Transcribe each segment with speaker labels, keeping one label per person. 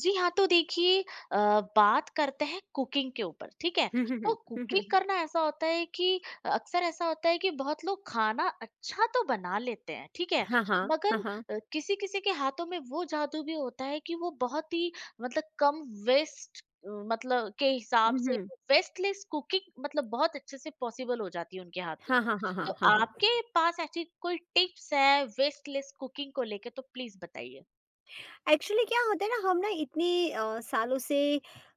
Speaker 1: जी हाँ, तो देखिए अ, बात करते हैं कुकिंग के ऊपर, ठीक है?
Speaker 2: हुँ, हुँ, हुँ।
Speaker 1: तो
Speaker 2: हुँ,
Speaker 1: कुकिंग
Speaker 2: हुँ।
Speaker 1: करना ऐसा होता है कि अक्सर ऐसा होता है कि बहुत लोग खाना अच्छा तो बना लेते हैं, ठीक है?
Speaker 2: हाँ, हाँ। हाँ,
Speaker 1: मगर
Speaker 2: हाँ।
Speaker 1: किसी-किसी के हाथों में वो जादू भी होता है कि वो बहुत ही मतलब कम वेस्ट मतलब के हिसाब
Speaker 2: हुँ,
Speaker 1: से
Speaker 2: हुँ।
Speaker 1: वेस्टलेस कुकिंग मतलब बहुत अच्छे से पॉसिबल हो जाती है उनके हाथों
Speaker 2: हाँ,
Speaker 1: से।
Speaker 2: हाँ, हाँ, हाँ,
Speaker 1: तो
Speaker 2: हाँ, हाँ।
Speaker 1: आपके पास ऐसी कोई टिप्स है वेस्टलेस कुकिंग को लेके तो प्लीज़ बताइए?
Speaker 2: एक्चुअली क्या होता है ना हम ना इतने सालों से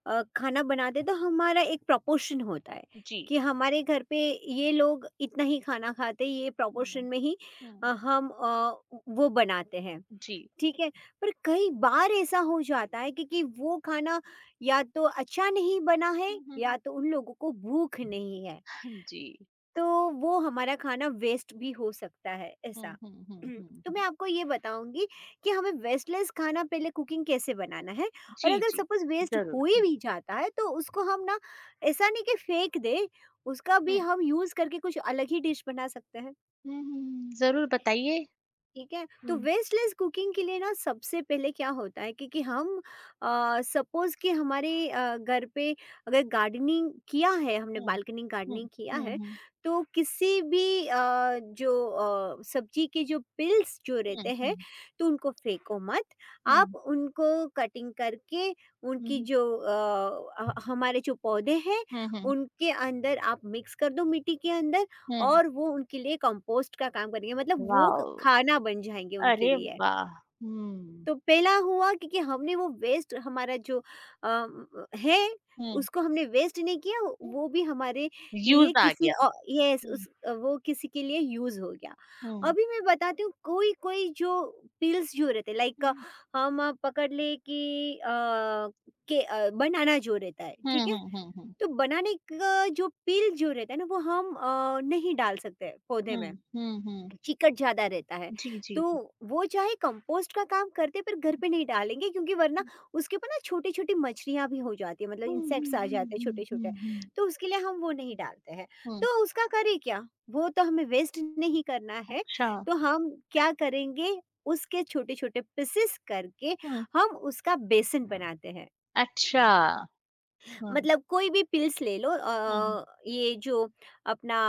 Speaker 2: खाना बनाते तो हमारा एक प्रोपोर्शन होता है
Speaker 1: जी।
Speaker 2: कि हमारे घर पे ये लोग इतना ही खाना खाते हैं, ये प्रोपोर्शन
Speaker 1: हुँ,
Speaker 2: में ही
Speaker 1: हुँ।
Speaker 2: हम वो बनाते हैं,
Speaker 1: जी।
Speaker 2: ठीक है? पर कई बार ऐसा हो जाता है कि वो खाना या तो अच्छा नहीं बना है
Speaker 1: हुँ, हुँ,
Speaker 2: या
Speaker 1: हुँ।
Speaker 2: तो उन लोगों को भूख नहीं है।
Speaker 1: जी।
Speaker 2: तो वो हमारा खाना वेस्ट भी हो सकता है ऐसा।
Speaker 1: हुँ, हुँ, हुँ, हुँ,
Speaker 2: तो मैं
Speaker 1: हुँ।
Speaker 2: आपको ये बताऊंगी कि हमें वेस्टलेस खाना पहले कुकिंग कैसे बनाना है। और
Speaker 1: जी,
Speaker 2: अगर
Speaker 1: जी।
Speaker 2: सपोज वेस्ट
Speaker 1: ज़रूर।
Speaker 2: हो ही
Speaker 1: हुँ,
Speaker 2: भी जाता है तो उसको हम ना, ऐसा नहीं कि फेंक दे, उसका भी हम यूज करके कुछ अलग ही डिश बना सकते हैं।
Speaker 1: हुँ, हुँ, हुँ। ज़रूर बताइए।
Speaker 2: ठीक है, तो
Speaker 1: हुँ,
Speaker 2: वेस्टलेस कुकिंग के लिए ना सबसे पहले क्या होता है, क्योंकि हम सपोज कि हमारे घर पे अगर गार्डनिंग किया है, हमने
Speaker 1: हुँ,
Speaker 2: बालकनी
Speaker 1: हुँ,
Speaker 2: गार्डनिंग किया
Speaker 1: हुँ,
Speaker 2: है,
Speaker 1: हुँ,
Speaker 2: तो किसी भी जो सब्जी के जो पिल्स जो
Speaker 1: हुँ, हुँ,
Speaker 2: रहते हैं,
Speaker 1: हुँ,
Speaker 2: तो उनको फेंको मत। आप
Speaker 1: हुँ,
Speaker 2: उनको कटिंग करके उनकी
Speaker 1: हुँ,
Speaker 2: जो हमारे जो पौधे हैं
Speaker 1: हुँ, हुँ, हुँ।
Speaker 2: उनके अंदर आप मिक्स कर दो, मिट्टी के अंदर, और वो उनके लिए कंपोस्ट का काम करेंगे, मतलब वो
Speaker 1: वॉव!
Speaker 2: खाना बन जाएंगे उनके
Speaker 1: अरे
Speaker 2: लिए।
Speaker 1: वाह! हुँ,
Speaker 2: तो पहला हुआ क्योंकि हमने वो वेस्ट हमारा जो अम, है
Speaker 1: हुँ,
Speaker 2: उसको हमने वेस्ट नहीं किया,
Speaker 1: हुँ।
Speaker 2: वो भी हमारे लिए
Speaker 1: यूज़ आ
Speaker 2: किसी
Speaker 1: गया।
Speaker 2: यस
Speaker 1: हुँ,
Speaker 2: उस वो किसी के लिए यूज हो गया।
Speaker 1: हुँ,
Speaker 2: अभी मैं बताती हूँ, कोई कोई जो पिल्स जो रहते लाइक
Speaker 1: हुँ,
Speaker 2: हम पकड़ ले कि के बनाना जो रहता है,
Speaker 1: हुँ,
Speaker 2: ठीक है?
Speaker 1: हुँ, हुँ, हुँ,
Speaker 2: तो बनाने का जो पिल जो रहता है ना वो हम नहीं डाल सकते पौधे में,
Speaker 1: हुँ, हुँ, हुँ।
Speaker 2: चिकट ज़्यादा रहता है,
Speaker 1: जी, जी,
Speaker 2: तो
Speaker 1: जी।
Speaker 2: वो चाहे कंपोस्ट का काम करते पर
Speaker 1: हुँ,
Speaker 2: घर पे नहीं डालेंगे क्योंकि वरना उसके ऊपर ना छोटी-छोटी मछलियाँ भी हो जाती हैं, मतलब
Speaker 1: हुँ, हुँ,
Speaker 2: इंसेक्ट्स आ
Speaker 1: हुँ,
Speaker 2: जाते हैं
Speaker 1: हुँ, हुँ,
Speaker 2: छोटे-छोटे,
Speaker 1: हुँ, हुँ।
Speaker 2: तो उसके लिए हम वो नहीं डालते हैं।
Speaker 1: हुँ,
Speaker 2: तो उसका करें क्या? वो तो हमें वेस्ट नहीं करना है,
Speaker 1: अच्छा।
Speaker 2: तो हम क्या करेंगे, उसके छोटे-छोटे पीसेस करके
Speaker 1: हुँ,
Speaker 2: हम उसका बेसन बनाते हैं।
Speaker 1: अच्छा। हुँ।
Speaker 2: मतलब कोई भी पिल्स ले लो,
Speaker 1: हुँ, हुँ।
Speaker 2: ये जो अपना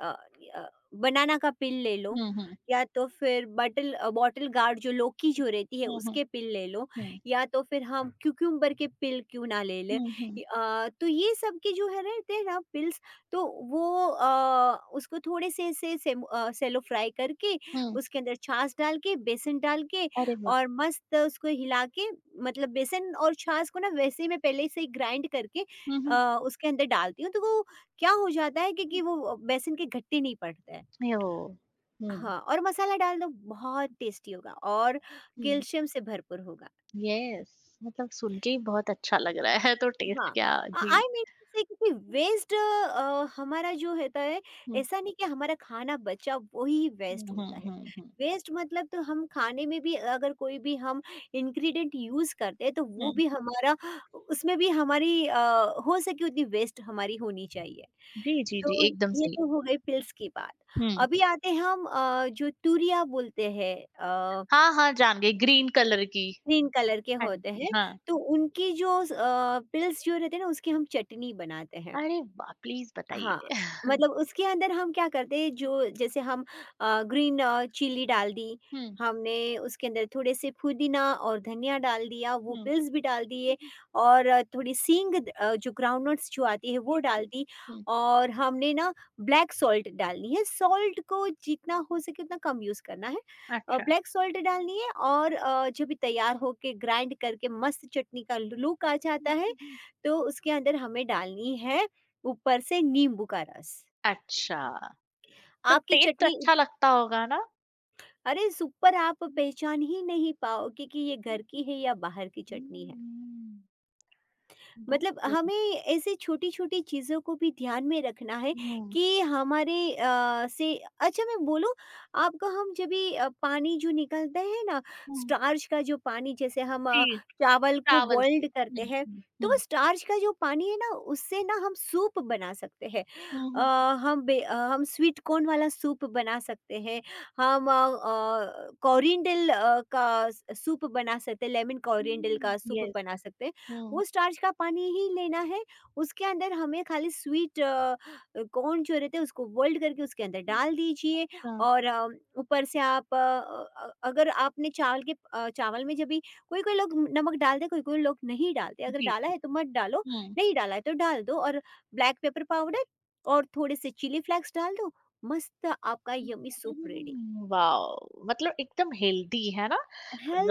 Speaker 2: अ, अ, बनाना का पिल ले लो,
Speaker 1: हुँ, हुँ।
Speaker 2: या तो फिर बॉटल गार्ड जो लौकी जो रहती है
Speaker 1: हुँ, हुँ।
Speaker 2: उसके पिल ले लो,
Speaker 1: हुँ।
Speaker 2: या तो फिर हम क्यूक्यूम्बर के पिल क्यों ना ले लें।
Speaker 1: हुँ, हुँ।
Speaker 2: ये, तो ये सब के जो है रहते हैं ना पिल्स, तो वो उसको थोड़े से सेलो फ्राई करके
Speaker 1: हुँ।
Speaker 2: उसके अंदर छाछ डाल के बेसन डाल के
Speaker 1: अरे वाह!
Speaker 2: और मस्त उसको हिला के, मतलब बेसन और छाछ को ना वैसे ही मैं पहले से ही ग्राइंड करके
Speaker 1: हुँ,
Speaker 2: अ,
Speaker 1: हुँ।
Speaker 2: उसके अंदर डालती हूँ तो वो क्या हो जाता है कि
Speaker 1: हुँ।
Speaker 2: वो बेसन के गट्टे नहीं पड़ते हैं।
Speaker 1: ओह! हुँ,
Speaker 2: हाँ, और मसाला डाल दो, बहुत टेस्टी होगा और
Speaker 1: हुँ।
Speaker 2: कैल्शियम से भरपूर होगा।
Speaker 1: येस मतलब सुन के ही बहुत अच्छा लग रहा है तो टेस्ट
Speaker 2: हाँ,
Speaker 1: क्या जी।
Speaker 2: आई मीन टू से, क्योंकि
Speaker 1: हुँ,
Speaker 2: वेस्ट हमारा जो होता है, ऐसा नहीं कि हमारा खाना बचा वही वेस्ट
Speaker 1: हुँ,
Speaker 2: होता
Speaker 1: हुँ,
Speaker 2: है।
Speaker 1: हुँ, हुँ।
Speaker 2: वेस्ट मतलब तो हम खाने में भी अगर कोई भी हम इंग्रीडिएंट यूज़ करते हैं तो वो
Speaker 1: हुँ।
Speaker 2: भी हमारा, उसमें भी हमारी हो सके उतनी वेस्ट हमारी होनी चाहिए।
Speaker 1: जी, जी, जी,
Speaker 2: तो
Speaker 1: एकदम
Speaker 2: ये
Speaker 1: सही।
Speaker 2: तो हो गई पिल्स की बात।
Speaker 1: हुँ।
Speaker 2: अभी आते हैं हम जो तुरिया बोलते हैं, अ
Speaker 1: हाँ, हाँ, जान गई ग्रीन कलर की।
Speaker 2: ग्रीन कलर के
Speaker 1: हाँ
Speaker 2: होते
Speaker 1: जी,
Speaker 2: हैं,
Speaker 1: हाँ।
Speaker 2: तो उनकी जो पिल्स जो रहते हैं ना, उसकी हम चटनी बनाते हैं।
Speaker 1: अरे वाह! प्लीज़
Speaker 2: हाँ,
Speaker 1: बताइए।
Speaker 2: मतलब उसके अंदर हम क्या करते हैं, जो जैसे हम ग्रीन चिली डाल दी,
Speaker 1: हुँ,
Speaker 2: हमने उसके अंदर थोड़े से पुदीना और धनिया डाल दिया, वो
Speaker 1: हुँ।
Speaker 2: पिल्स भी डाल दिए, और थोड़ी जो ग्राउंडनट्स जो आती है वो
Speaker 1: येस,
Speaker 2: डाल
Speaker 1: येस।
Speaker 2: दी,
Speaker 1: हुँ।
Speaker 2: और हमने ना ब्लैक सॉल्ट डालनी है, सॉल्ट को जितना हो सके उतना कम यूज़ करना है।
Speaker 1: अच्छा।
Speaker 2: ब्लैक सॉल्ट डालनी है और जो भी तैयार होके ग्राइंड करके मस्त चटनी का लुक आ
Speaker 1: हम्म,
Speaker 2: जाता है,
Speaker 1: हम्म, हम्म।
Speaker 2: तो उसके अंदर हमें डालनी है ऊपर से नींबू का रस।
Speaker 1: अच्छा, तो
Speaker 2: आपकी
Speaker 1: टेस्ट
Speaker 2: चटनी
Speaker 1: अच्छा लगता होगा ना?
Speaker 2: अरे सुपर, आप पहचान ही नहीं पाओगे कि ये घर की
Speaker 1: हम्म,
Speaker 2: है या बाहर की चटनी है।
Speaker 1: हम्म,
Speaker 2: मतलब
Speaker 1: बरोबर।
Speaker 2: हमें ऐसे छोटी-छोटी चीज़ों को भी ध्यान में रखना है
Speaker 1: हं,
Speaker 2: कि हमारे से, अच्छा मैं बोलूँ आपको, हम जब भी पानी जो निकलता है ना,
Speaker 1: हं।
Speaker 2: स्टार्च का जो पानी जैसे हम
Speaker 1: जी,
Speaker 2: चावल को
Speaker 1: चावल से।
Speaker 2: बॉइल्ड करते
Speaker 1: हुँ,
Speaker 2: हैं,
Speaker 1: हुँ,
Speaker 2: तो वो
Speaker 1: हुँ।
Speaker 2: स्टार्च का जो पानी है ना उससे ना हम सूप बना सकते हैं।
Speaker 1: हुँ,
Speaker 2: अ,
Speaker 1: हुँ।
Speaker 2: हम हम स्वीट कॉर्न वाला सूप बना सकते हैं, हम कोरिएंडर का स सूप बना सकते हैं, लेमन कोरिएंडर
Speaker 1: हम्म।
Speaker 2: का सूप
Speaker 1: येस।
Speaker 2: बना सकते हैं।
Speaker 1: हुँ।
Speaker 2: वो स्टार्च का पानी ही लेना है, उसके अंदर हमें खाली स्वीट कॉर्न जो रहते हैं उसको बोइल्ड करके उसके अंदर डाल दीजिए,
Speaker 1: अच्छा।
Speaker 2: और ऊपर से आप अगर आपने चावल में जब भी कोई-कोई लोग नमक डालते हैं, कोई-कोई लोग नहीं डालते। अगर
Speaker 1: जी,
Speaker 2: डाला
Speaker 1: जी।
Speaker 2: है तो मत डालो,
Speaker 1: हुँ।
Speaker 2: नहीं डाला है तो डाल दो, और ब्लैक पेपर पाउडर और थोड़े से चिली फ्लेक्स डाल दो, मस्त आपका यम्मी सूप रेडी,
Speaker 1: वाओ! मतलब एकदम हेल्दी, है ना?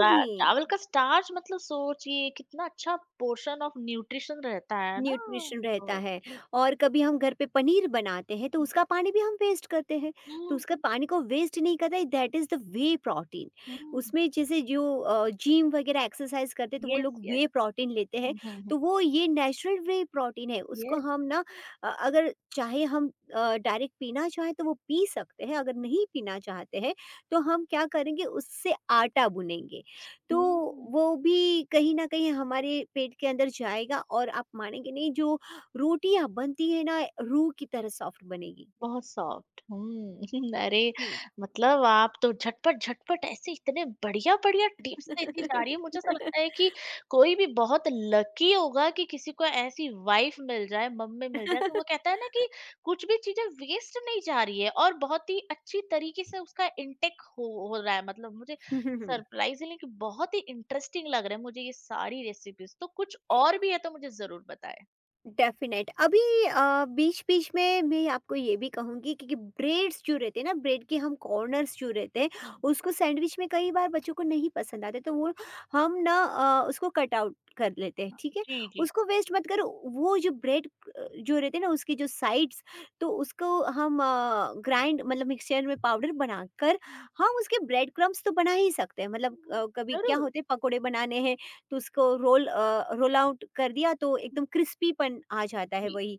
Speaker 1: रा चावल का स्टार्च मतलब सोचिए कितना अच्छा पोर्शन ऑफ न्यूट्रिशन रहता है ना?
Speaker 2: न्यूट्रिशन रहता
Speaker 1: बहुत।
Speaker 2: है। और कभी हम घर पे पनीर बनाते हैं तो उसका पानी भी हम वेस्ट करते हैं, तो
Speaker 1: हुँ,
Speaker 2: उसका
Speaker 1: हुँ,
Speaker 2: पानी को वेस्ट नहीं करता, that is the way protein.
Speaker 1: हुँ।
Speaker 2: उसमें जैसे जो जिम वगैरह एक्सरसाइज करते हैं तो वो
Speaker 1: येस,
Speaker 2: लोग
Speaker 1: येस।
Speaker 2: वे प्रोटीन लेते हैं,
Speaker 1: हुँ, हुँ, हुँ।
Speaker 2: तो वो ये नेचुरल वे प्रोटीन है, उसको
Speaker 1: येस।
Speaker 2: हम ना अगर चाहे हम डायरेक्ट पीना चाहें तो वो पी सकते हैं, अगर नहीं पीना चाहते हैं तो हम क्या करेंगे, उससे आटा बुनेंगे, तो
Speaker 1: हुँ।
Speaker 2: वो भी कहीं न कहीं हमारे पेट के अंदर जाएगा, और आप मानेंगे नहीं, जो रोटियाँ बनती है ना रूह की तरह सॉफ्ट बनेगी।
Speaker 1: बहुत सॉफ्ट अरे
Speaker 2: हुँ।
Speaker 1: मतलब आप तो झटपट झटपट ऐसे इतने बढ़िया बढ़िया टिप्स देती जा रही है मुझे ऐसा लगता है कि कोई भी बहुत लकी होगा कि किसी को ऐसी वाइफ मिल जाए मम्मी मिल जाए तो वो कहता है ना कि कुछ भी चीजें वेस्ट नहीं जा रही है और बहुत ही अच्छी तरीके से उसका इंटेक हो रहा है मतलब मुझे सरप्राइजिंगली कि बहुत ही इंटरेस्टिंग लग रहा है मुझे ये सारी रेसिपीज तो कुछ और भी है तो मुझे जरूर बताएं
Speaker 2: डेफिनेट अभी बीच-बीच में मैं आपको ये भी कहूँगी, क्योंकि ब्रेड्स जो रहते हैं ना, ब्रेड के हम कॉर्नर्स जो रहते हैं,
Speaker 1: हम्म
Speaker 2: उसको सैंडविच में कई बार बच्चों को नहीं पसंद आते, तो वो हम ना उसको कट आउट कर लेते हैं, ठीक है?
Speaker 1: जी जी
Speaker 2: उसको वेस्ट मत करो, वो जो ब्रेड जो रहते हैं ना, उसकी जो साइड्स, तो उसको हम ग्राइंड, मतलब मिक्सचर में पाउडर बनाकर
Speaker 1: हम्म,
Speaker 2: हम उसके ब्रेड क्रम्ब्स तो बना ही सकते हैं। मतलब
Speaker 1: हम्म,
Speaker 2: कभी क्या
Speaker 1: जरूर
Speaker 2: होते हैं, पकोड़े बनाने हैं तो उसको रोल आउट कर दिया तो एकदम क्रिस्पीपन आ जाता है
Speaker 1: জি,
Speaker 2: वही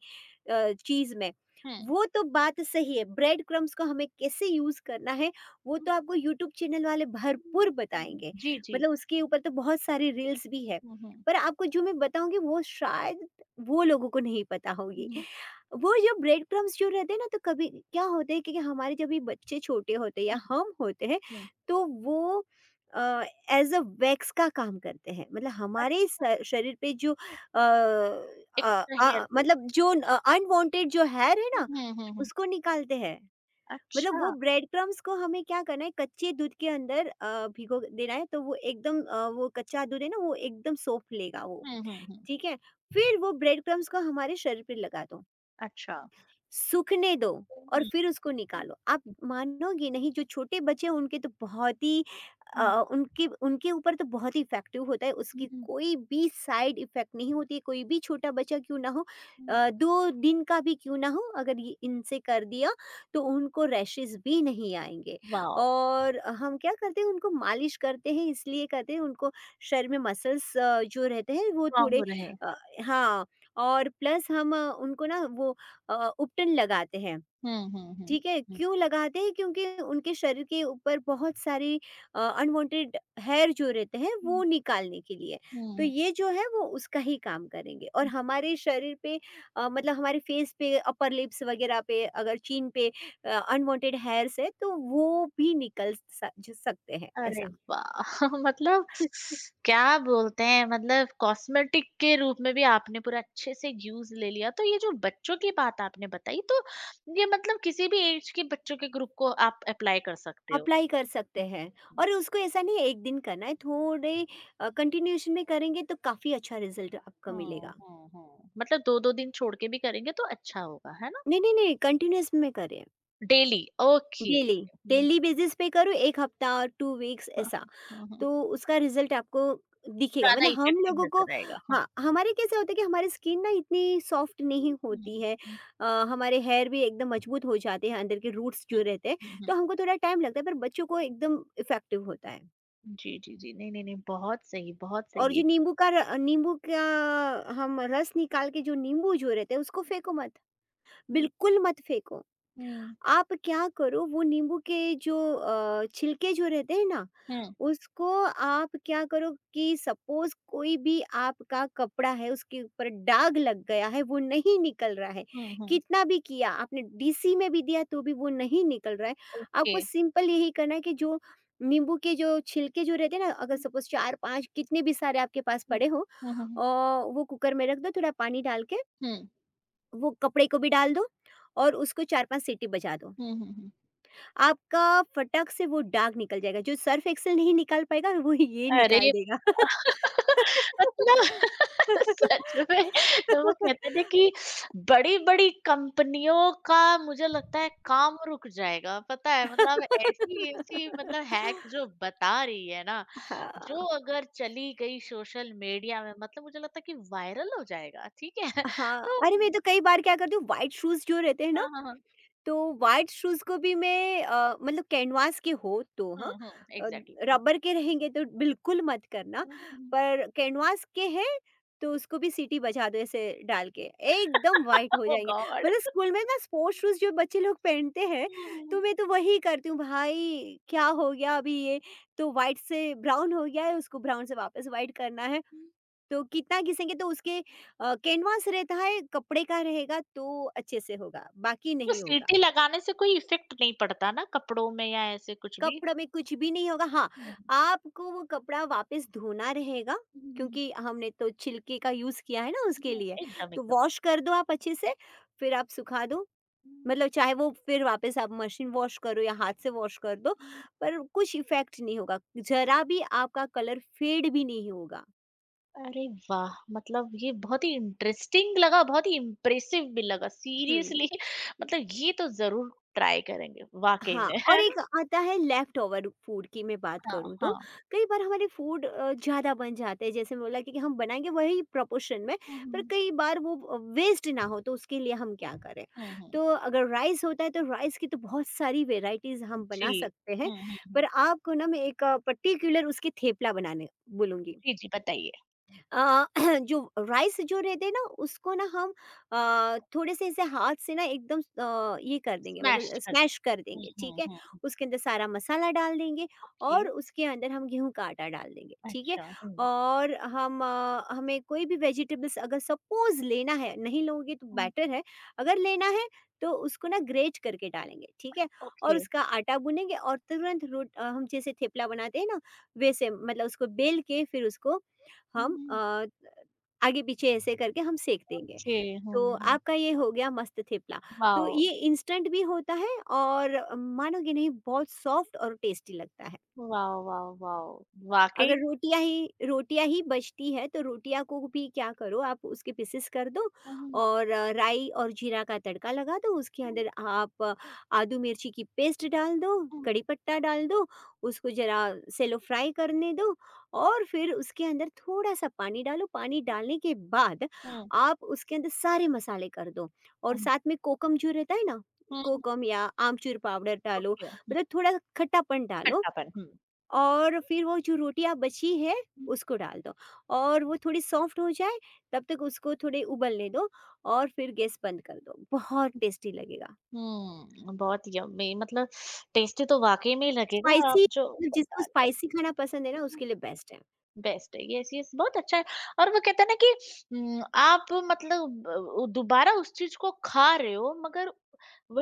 Speaker 2: चीज़ में।
Speaker 1: হ্যাঁ।
Speaker 2: वो तो बात सही है, ब्रेड क्रम्ब्स को हमें कैसे यूज़ करना है, वो
Speaker 1: হুম,
Speaker 2: तो आपको यूट्यूब चैनल वाले
Speaker 1: হুম,
Speaker 2: भरपूर
Speaker 1: হুম।
Speaker 2: बताएँगे।
Speaker 1: জি, জি।
Speaker 2: मतलब उसके ऊपर तो बहुत सारी रील्स भी है।
Speaker 1: হুম, হুম,
Speaker 2: पर आपको जो मैं बताऊँगी वो शायद वो लोगों को नहीं पता होगी।
Speaker 1: হুম,
Speaker 2: वो जो ब्रेड क्रम्ब्स जो रहते हैं ना तो कभी क्या होता है कि हमारे जब भी बच्चे छोटे होते हैं या
Speaker 1: হুম,
Speaker 2: हम होते हैं
Speaker 1: হুম।
Speaker 2: तो वो अ एज़ अ वैक्स का काम करते हैं। मतलब
Speaker 1: अ,
Speaker 2: हमारे स शरीर पे जो अ
Speaker 1: एक्स्ट्रा हेयर ग्रोथ।
Speaker 2: मतलब जो अनवांटेड जो हेयर है
Speaker 1: हुँ,
Speaker 2: ना,
Speaker 1: हुँ, हुँ, हुँ।
Speaker 2: उसको निकालते हैं। मतलब
Speaker 1: अच्छा।
Speaker 2: वो ब्रेड क्रम्स को हमें क्या करना है, कच्चे दूध के अंदर भिगो देना है तो वो एकदम वो कच्चा दूध है ना, वो एकदम सॉफ्ट लेगा वो,
Speaker 1: हुँ, हुँ, हुँ।
Speaker 2: ठीक है? फिर वो ब्रेड क्रम्स को हमारे शरीर पे लगा दो।
Speaker 1: अच्छा।
Speaker 2: सूखने दो
Speaker 1: हुँ,
Speaker 2: और
Speaker 1: हुँ,
Speaker 2: फिर उसको निकालो। आप मानोगे नहीं, जो छोटे बच्चे हैं उनके तो बहुत ही अ,
Speaker 1: हुँ,
Speaker 2: उनके उनके ऊपर तो बहुत ही इफ़ेक्टिव होता है, उसकी
Speaker 1: हुँ,
Speaker 2: कोई भी साइड इफ़ेक्ट नहीं होती है, कोई भी छोटा बच्चा क्यों ना हो
Speaker 1: हुँ।
Speaker 2: 2 दिन का भी क्यों ना हो अगर ये इनसे कर दिया तो उनको रैशेज़ भी नहीं आएँगे।
Speaker 1: वाओ!
Speaker 2: और हम क्या करते हैं उनको मालिश करते हैं, इसलिए करते हैं उनको शरीर में मसल्स जो रहते हैं वो
Speaker 1: स्ट्रॉन्ग
Speaker 2: थोड़े
Speaker 1: हो रहे हैं।
Speaker 2: अ, हाँ, और प्लस हम उनको ना वो उपटन लगाते हैं,
Speaker 1: हुँ, हुँ, हुँ,
Speaker 2: ठीक है?
Speaker 1: हुँ,
Speaker 2: क्यों लगाते हैं? क्योंकि उनके शरीर के ऊपर बहुत सारी अनवांटेड हेयर जो रहते हैं, वो
Speaker 1: हुँ,
Speaker 2: निकालने के लिए।
Speaker 1: हुँ,
Speaker 2: तो
Speaker 1: हुँ।
Speaker 2: ये जो है वो उसका ही काम करेंगे और हमारे शरीर पे, मतलब हमारे फेस पे, अपर लिप्स वगैरह पे, अगर चीन पे अनवांटेड हेयर्स है, तो वो भी निकल स ज सकते हैं,
Speaker 1: अरे
Speaker 2: ऐसा।
Speaker 1: वाह! मतलब क्या बोलते हैं मतलब कॉस्मेटिक के रूप में भी आपने पूरा अच्छे से यूज़ ले लिया। तो ये जो बच्चों की बात आपने बताई तो ये मतलब किसी भी ऐज के बच्चों के ग्रुप को आप अप्लाई कर सकते हो।
Speaker 2: अप्लाई कर सकते हैं। और उसको ऐसा नहीं है, 1 दिन करना है, थोड़े कंटिन्यूएशन में करेंगे तो काफ़ी अच्छा रिज़ल्ट आपको
Speaker 1: हाँ,
Speaker 2: मिलेगा।
Speaker 1: हाँ, हाँ। मतलब 2-2 दिन छोड़ के भी करेंगे तो अच्छा होगा, है ना?
Speaker 2: नहीं, नहीं, नहीं, कंटिन्यूअस में करें,
Speaker 1: डेली ओके।
Speaker 2: डेली,
Speaker 1: हुँ,
Speaker 2: डेली बेसिस पे करो 1 हफ्ता और 2 वीक्स
Speaker 1: हाँ,
Speaker 2: ऐसा,
Speaker 1: हाँ, हाँ, हाँ।
Speaker 2: तो उसका रिज़ल्ट आपको दिखेगा।
Speaker 1: ज़्यादा
Speaker 2: मतलब हम
Speaker 1: इफेक्टिव
Speaker 2: लोगों को,
Speaker 1: नज़र आएगा। हाँ।
Speaker 2: हाँ, हमारे कैसा होता है कि हमारी स्किन ना इतनी सॉफ्ट नहीं
Speaker 1: हुँ, हुँ,
Speaker 2: होती है।
Speaker 1: हुँ,
Speaker 2: हमारे हेयर भी एकदम मजबूत हो जाते हैं, अंदर के रूट्स
Speaker 1: हुँ,
Speaker 2: जो रहते हैं,
Speaker 1: हुँ, हुँ।
Speaker 2: तो हमको थोड़ा टाइम लगता है पर बच्चों को एकदम इफ़ेक्टिव होता है।
Speaker 1: जी, जी, जी। नहीं, नहीं, नहीं बहुत सही, बहुत
Speaker 2: और जो
Speaker 1: सही।
Speaker 2: नींबू का हम रस निकाल के, जो नींबू जो रहते हैं उसको फेंको मत,
Speaker 1: हुँ।
Speaker 2: बिल्कुल मत फेंको।
Speaker 1: हुँ।
Speaker 2: आप क्या करो, वो नींबू के जो छिलके जो रहते हैं ना,
Speaker 1: हुँ,
Speaker 2: उसको आप क्या करो कि सपोज कोई भी आपका कपड़ा है, उसके ऊपर दाग लग गया है, वो नहीं निकल रहा है,
Speaker 1: हुँ, हुँ।
Speaker 2: कितना भी किया आपने, डीसी में भी दिया तो भी वो नहीं निकल रहा है,
Speaker 1: ओके।
Speaker 2: आपको सिंपल यही करना है कि जो नींबू के जो छिलके जो रहते हैं ना, अगर
Speaker 1: हुँ,
Speaker 2: सपोज चार पांच कितने भी सारे आपके पास
Speaker 1: हुँ।
Speaker 2: पड़े हो,
Speaker 1: हुँ, हुँ,
Speaker 2: अ,
Speaker 1: हुँ।
Speaker 2: वो कुकर में रख दो, थोड़ा पानी डाल के
Speaker 1: हुँ।
Speaker 2: वो कपड़े को भी डाल दो और उसको चार पांच सीटी बजा दो।
Speaker 1: हुँ, हुँ, हुँ।
Speaker 2: आपका फटक से वो दाग निकल जाएगा, जो सर्फ़ एक्सेल नहीं निकाल पाएगा वो ये निकाल
Speaker 1: अरे!
Speaker 2: देगा।
Speaker 1: मतलब सच में तो वो कहते थे कि बड़ी-बड़ी कंपनियों का मुझे लगता है काम रुक जाएगा, पता है? मतलब ऐसी-ऐसी मतलब हैक जो बता रही है ना,
Speaker 2: हाँ,
Speaker 1: जो अगर चली गई सोशल मीडिया में मतलब मुझे लगता है कि वायरल हो जाएगा, ठीक है?
Speaker 2: हाँ।
Speaker 1: तो
Speaker 2: अरे मैं तो कई बार क्या करती हूँ, व्हाइट शूज़ जो रहते हैं ना,
Speaker 1: हाँ, हाँ, हाँ।
Speaker 2: तो वाइट शूज़ को भी मैं मतलब कैनवास के हो तो, हाँ,
Speaker 1: हुँ, हुँ।
Speaker 2: अ,
Speaker 1: एग्ज़ैक्टली हाँ।
Speaker 2: रबर के रहेंगे तो बिल्कुल मत करना,
Speaker 1: हुँ, हुँ, हुँ।
Speaker 2: पर कैनवास के हैं तो उसको भी सीटी बजा दो ऐसे डाल के, एकदम वाइट हो
Speaker 1: ओह
Speaker 2: जाएँगे।
Speaker 1: गॉड!
Speaker 2: मतलब स्कूल में ना स्पोर्ट्स शूज़ जो बच्चे लोग पहनते हैं,
Speaker 1: हुँ,
Speaker 2: तो
Speaker 1: हुँ।
Speaker 2: मैं तो वही करती हूँ, भाई क्या हो गया अभी ये, तो वाइट से ब्राउन हो गया है, उसको ब्राउन से वापस वाइट करना है, तो कितना घिसेंगे तो उसके कैनवास रहता है, कपड़े का रहेगा तो अच्छे से होगा, बाकी
Speaker 1: तो
Speaker 2: नहीं होगा।
Speaker 1: सीटी लगाने से कोई इफ़ेक्ट नहीं पड़ता ना कपड़ों में या ऐसे कुछ भी?
Speaker 2: कपड़ों में कुछ भी नहीं होगा, हाँ,
Speaker 1: हुँ,
Speaker 2: आपको वो कपड़ा वापस धोना रहेगा,
Speaker 1: हुँ।
Speaker 2: क्योंकि हमने तो छिलके का यूज़ किया है ना उसके
Speaker 1: हुँ,
Speaker 2: लिए।
Speaker 1: एकदम,
Speaker 2: तो
Speaker 1: एकदम।
Speaker 2: वॉश कर दो आप अच्छे से, फिर आप सुखा दो।
Speaker 1: हुँ,
Speaker 2: मतलब चाहे वो फिर वापस आप मशीन वॉश करो या हाथ से वॉश कर दो,
Speaker 1: हुँ।
Speaker 2: पर कुछ इफ़ेक्ट नहीं होगा। ज़रा भी आपका कलर फ़ेड भी नहीं होगा।
Speaker 1: अरे वाह! मतलब ये बहुत ही इंटरेस्टिंग लगा, बहुत ही इम्प्रेसिव भी लगा
Speaker 2: हुँ।
Speaker 1: सीरियसली मतलब ये तो ज़रूर ट्राई करेंगे वाक़ई
Speaker 2: हाँ,
Speaker 1: में,
Speaker 2: और
Speaker 1: है
Speaker 2: एक
Speaker 1: ना?
Speaker 2: आता है लेफ्टओवर फूड की मैं बात
Speaker 1: हाँ,
Speaker 2: करूँ तो,
Speaker 1: हाँ।
Speaker 2: कई बार हमारे फूड ज़्यादा बन जाते हैं, जैसे बोला कि हम बनाएँगे वही प्रोपोर्शन में,
Speaker 1: हुँ, हुँ,
Speaker 2: पर
Speaker 1: हुँ।
Speaker 2: कई बार वो वेस्ट ना हो तो उसके लिए हम क्या करें?
Speaker 1: हुँ, हुँ।
Speaker 2: तो अगर राइस होता है तो राइस की तो बहुत सारी वैराइटीज़ हम बना
Speaker 1: जी।
Speaker 2: सकते हैं,
Speaker 1: हुँ, हुँ,
Speaker 2: पर
Speaker 1: हुँ।
Speaker 2: आपको ना मैं एक पर्टिक्युलर उसकी थेपला बनाने बोलूँगी।
Speaker 1: जी, जी बताइए।
Speaker 2: अ, जो राइस जो रहते हैं ना उसको ना हम थोड़े से ऐसे हाथ से ना एकदम ये कर देंगे,
Speaker 1: स्मैश
Speaker 2: मतलब
Speaker 1: कर दिया।
Speaker 2: स्मैश कर
Speaker 1: हुँ,
Speaker 2: देंगे, ठीक
Speaker 1: हुँ,
Speaker 2: है,
Speaker 1: हुँ।
Speaker 2: उसके अंदर सारा मसाला डाल देंगे
Speaker 1: ओके,
Speaker 2: और उसके अंदर हम गेहूं का आटा डाल देंगे, ठीक है,
Speaker 1: अच्छा, हुँ।
Speaker 2: और हम हमें कोई भी वेजिटेबल्स अगर सपोज लेना है, नहीं लोगे तो
Speaker 1: हुँ।
Speaker 2: बेटर है, अगर लेना है तो उसको ना ग्रेट करके डालेंगे, ठीक है, और
Speaker 1: ओके।
Speaker 2: उसका आटा बुनेंगे और तुरंत हम जैसे थेपला बनाते हैं ना, वैसे मतलब उसको बेल के फिर उसको हम
Speaker 1: हुँ,
Speaker 2: आगे पीछे ऐसे करके हम सेक देंगे।
Speaker 1: ओके। हुँ,
Speaker 2: तो
Speaker 1: हुँ।
Speaker 2: आपका ये हो गया मस्त थेपला। तो
Speaker 1: वाओ!
Speaker 2: ये इंस्टेंट भी होता है और मानोगे नहीं, बहुत सॉफ्ट और टेस्टी लगता है।
Speaker 1: Wow, wow, wow! वाक़ई
Speaker 2: अगर रोटियाँ ही रोटियाँ ही बचती है तो रोटियाँ को भी क्या करो, आप उसके पीसेस कर दो
Speaker 1: हुँ, हुँ।
Speaker 2: और राई और जीरा का तड़का लगा दो, उसके अंदर आप आदू मिर्ची की पेस्ट डाल दो,
Speaker 1: हुँ, हुँ,
Speaker 2: कड़ी पत्ता डाल दो, उसको ज़रा सेलो फ्राई करने दो और फिर उसके अंदर थोड़ा-सा पानी डालो, पानी डालने के बाद
Speaker 1: हुँ,
Speaker 2: आप उसके अंदर सारे मसाले कर दो और
Speaker 1: हुँ।
Speaker 2: साथ में कोकम जो रहता है ना,
Speaker 1: हुँ, हुँ,
Speaker 2: कोकम या आमचूर पाउडर डालो,
Speaker 1: ओके। हुँ,
Speaker 2: मतलब थोड़ा खट्टापन डालो,
Speaker 1: खट्टापन। हुँ,
Speaker 2: और फिर वो जो रोटियाँ बची है
Speaker 1: हुँ,
Speaker 2: उसको डाल दो और वो थोड़ी सॉफ्ट हो जाए तब तक उसको थोड़े उबलने दो और फिर गैस बंद कर दो। बहुत टेस्टी लगेगा।
Speaker 1: हुँ, बहुत यम्मी मतलब टेस्टी तो वाक़ई में लगेगा आप
Speaker 2: स्पाइसी,
Speaker 1: जो
Speaker 2: मतलब जिसको
Speaker 1: बता
Speaker 2: स्पाइसी खाना
Speaker 1: रहे
Speaker 2: पसंद है ना उसके लिए बेस्ट है।
Speaker 1: बेस्ट है। यस, यस बहुत अच्छा है और वो कहते हैं ना कि आप मतलब दोबारा उस चीज़ को खा रहे हो मगर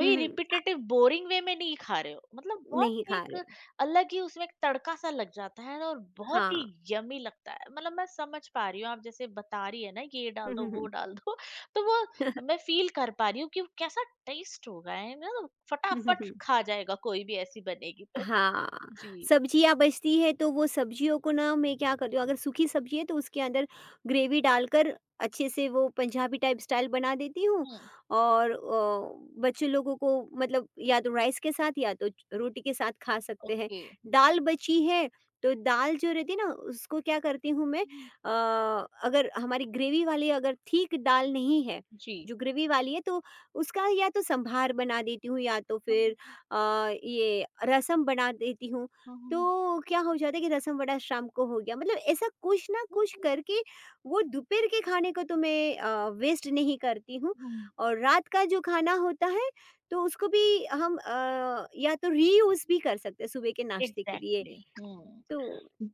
Speaker 2: हुँ, हुँ।
Speaker 1: रिपिटेटिव बोरिंग वे में नहीं खा रहे हो। मतलब बहुत
Speaker 2: नहीं
Speaker 1: ही
Speaker 2: खा
Speaker 1: एक
Speaker 2: रहे हो।
Speaker 1: अलग ही उसमें एक तड़का-सा लग जाता है और बहुत ही
Speaker 2: हाँ।
Speaker 1: यम्मी लगता है। मतलब मैं समझ पा रही हूँ आप जैसे बता रही है ना कि ये डाल
Speaker 2: हुँ,
Speaker 1: दो,
Speaker 2: हुँ,
Speaker 1: वो
Speaker 2: हुँ।
Speaker 1: डाल दो तो वो मैं फ़ील कर पा रही हूँ कि वो कैसा टेस्ट होगा है ना?
Speaker 2: हुँ, हुँ,
Speaker 1: फटाफट
Speaker 2: हुँ।
Speaker 1: खा जाएगा कोई भी ऐसी बनेगी तो।
Speaker 2: हाँ,
Speaker 1: जी।
Speaker 2: सब्जियाँ बचती है तो वो सब्जियों को ना मैं क्या करती हूँ, अगर सूखी सब्जी है तो उसके अंदर ग्रेवी डालकर अच्छे से वो पंजाबी टाइप स्टाइल बना देती हूँ,
Speaker 1: हुँ,
Speaker 2: और बच्चे लोगों को मतलब या तो राइस के साथ या तो रोटी के साथ खा सकते हैं।
Speaker 1: ओके। हुँ,
Speaker 2: दाल बची है तो दाल जो रहती है ना, उसको क्या करती हूँ मैं,
Speaker 1: हुँ,
Speaker 2: अगर हमारी ग्रेवी वाली अगर ठीक दाल नहीं है,
Speaker 1: जी।
Speaker 2: जो ग्रेवी वाली है, तो उसका या तो संभार बना देती हूँ या तो फिर अ, ये रसम बना देती हूँ,
Speaker 1: हुँ, हुँ।
Speaker 2: तो क्या हो जाता है कि रसम बड़ा शाम को हो गया, मतलब ऐसा कुछ ना
Speaker 1: हुँ,
Speaker 2: कुछ
Speaker 1: हुँ,
Speaker 2: करके वो दोपहर के खाने को तो मैं वेस्ट नहीं करती हूँ,
Speaker 1: हुँ।
Speaker 2: और रात का जो खाना होता है, तो उसको भी हम या तो रीयूज भी कर सकते हैं सुबह के नाश्ते के लिए,
Speaker 1: एग्ज़ैक्टली हुँ।
Speaker 2: तो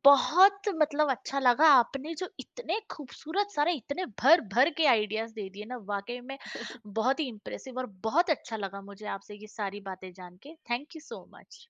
Speaker 1: बहुत मतलब अच्छा लगा आपने जो इतने खूबसूरत सारे इतने भर-भर के आइडियाज़ दे दिए ना वाक़ई में बहुत ही इम्प्रेसिव और बहुत अच्छा लगा मुझे आपसे ये सारी बातें जान के। Thank you so much.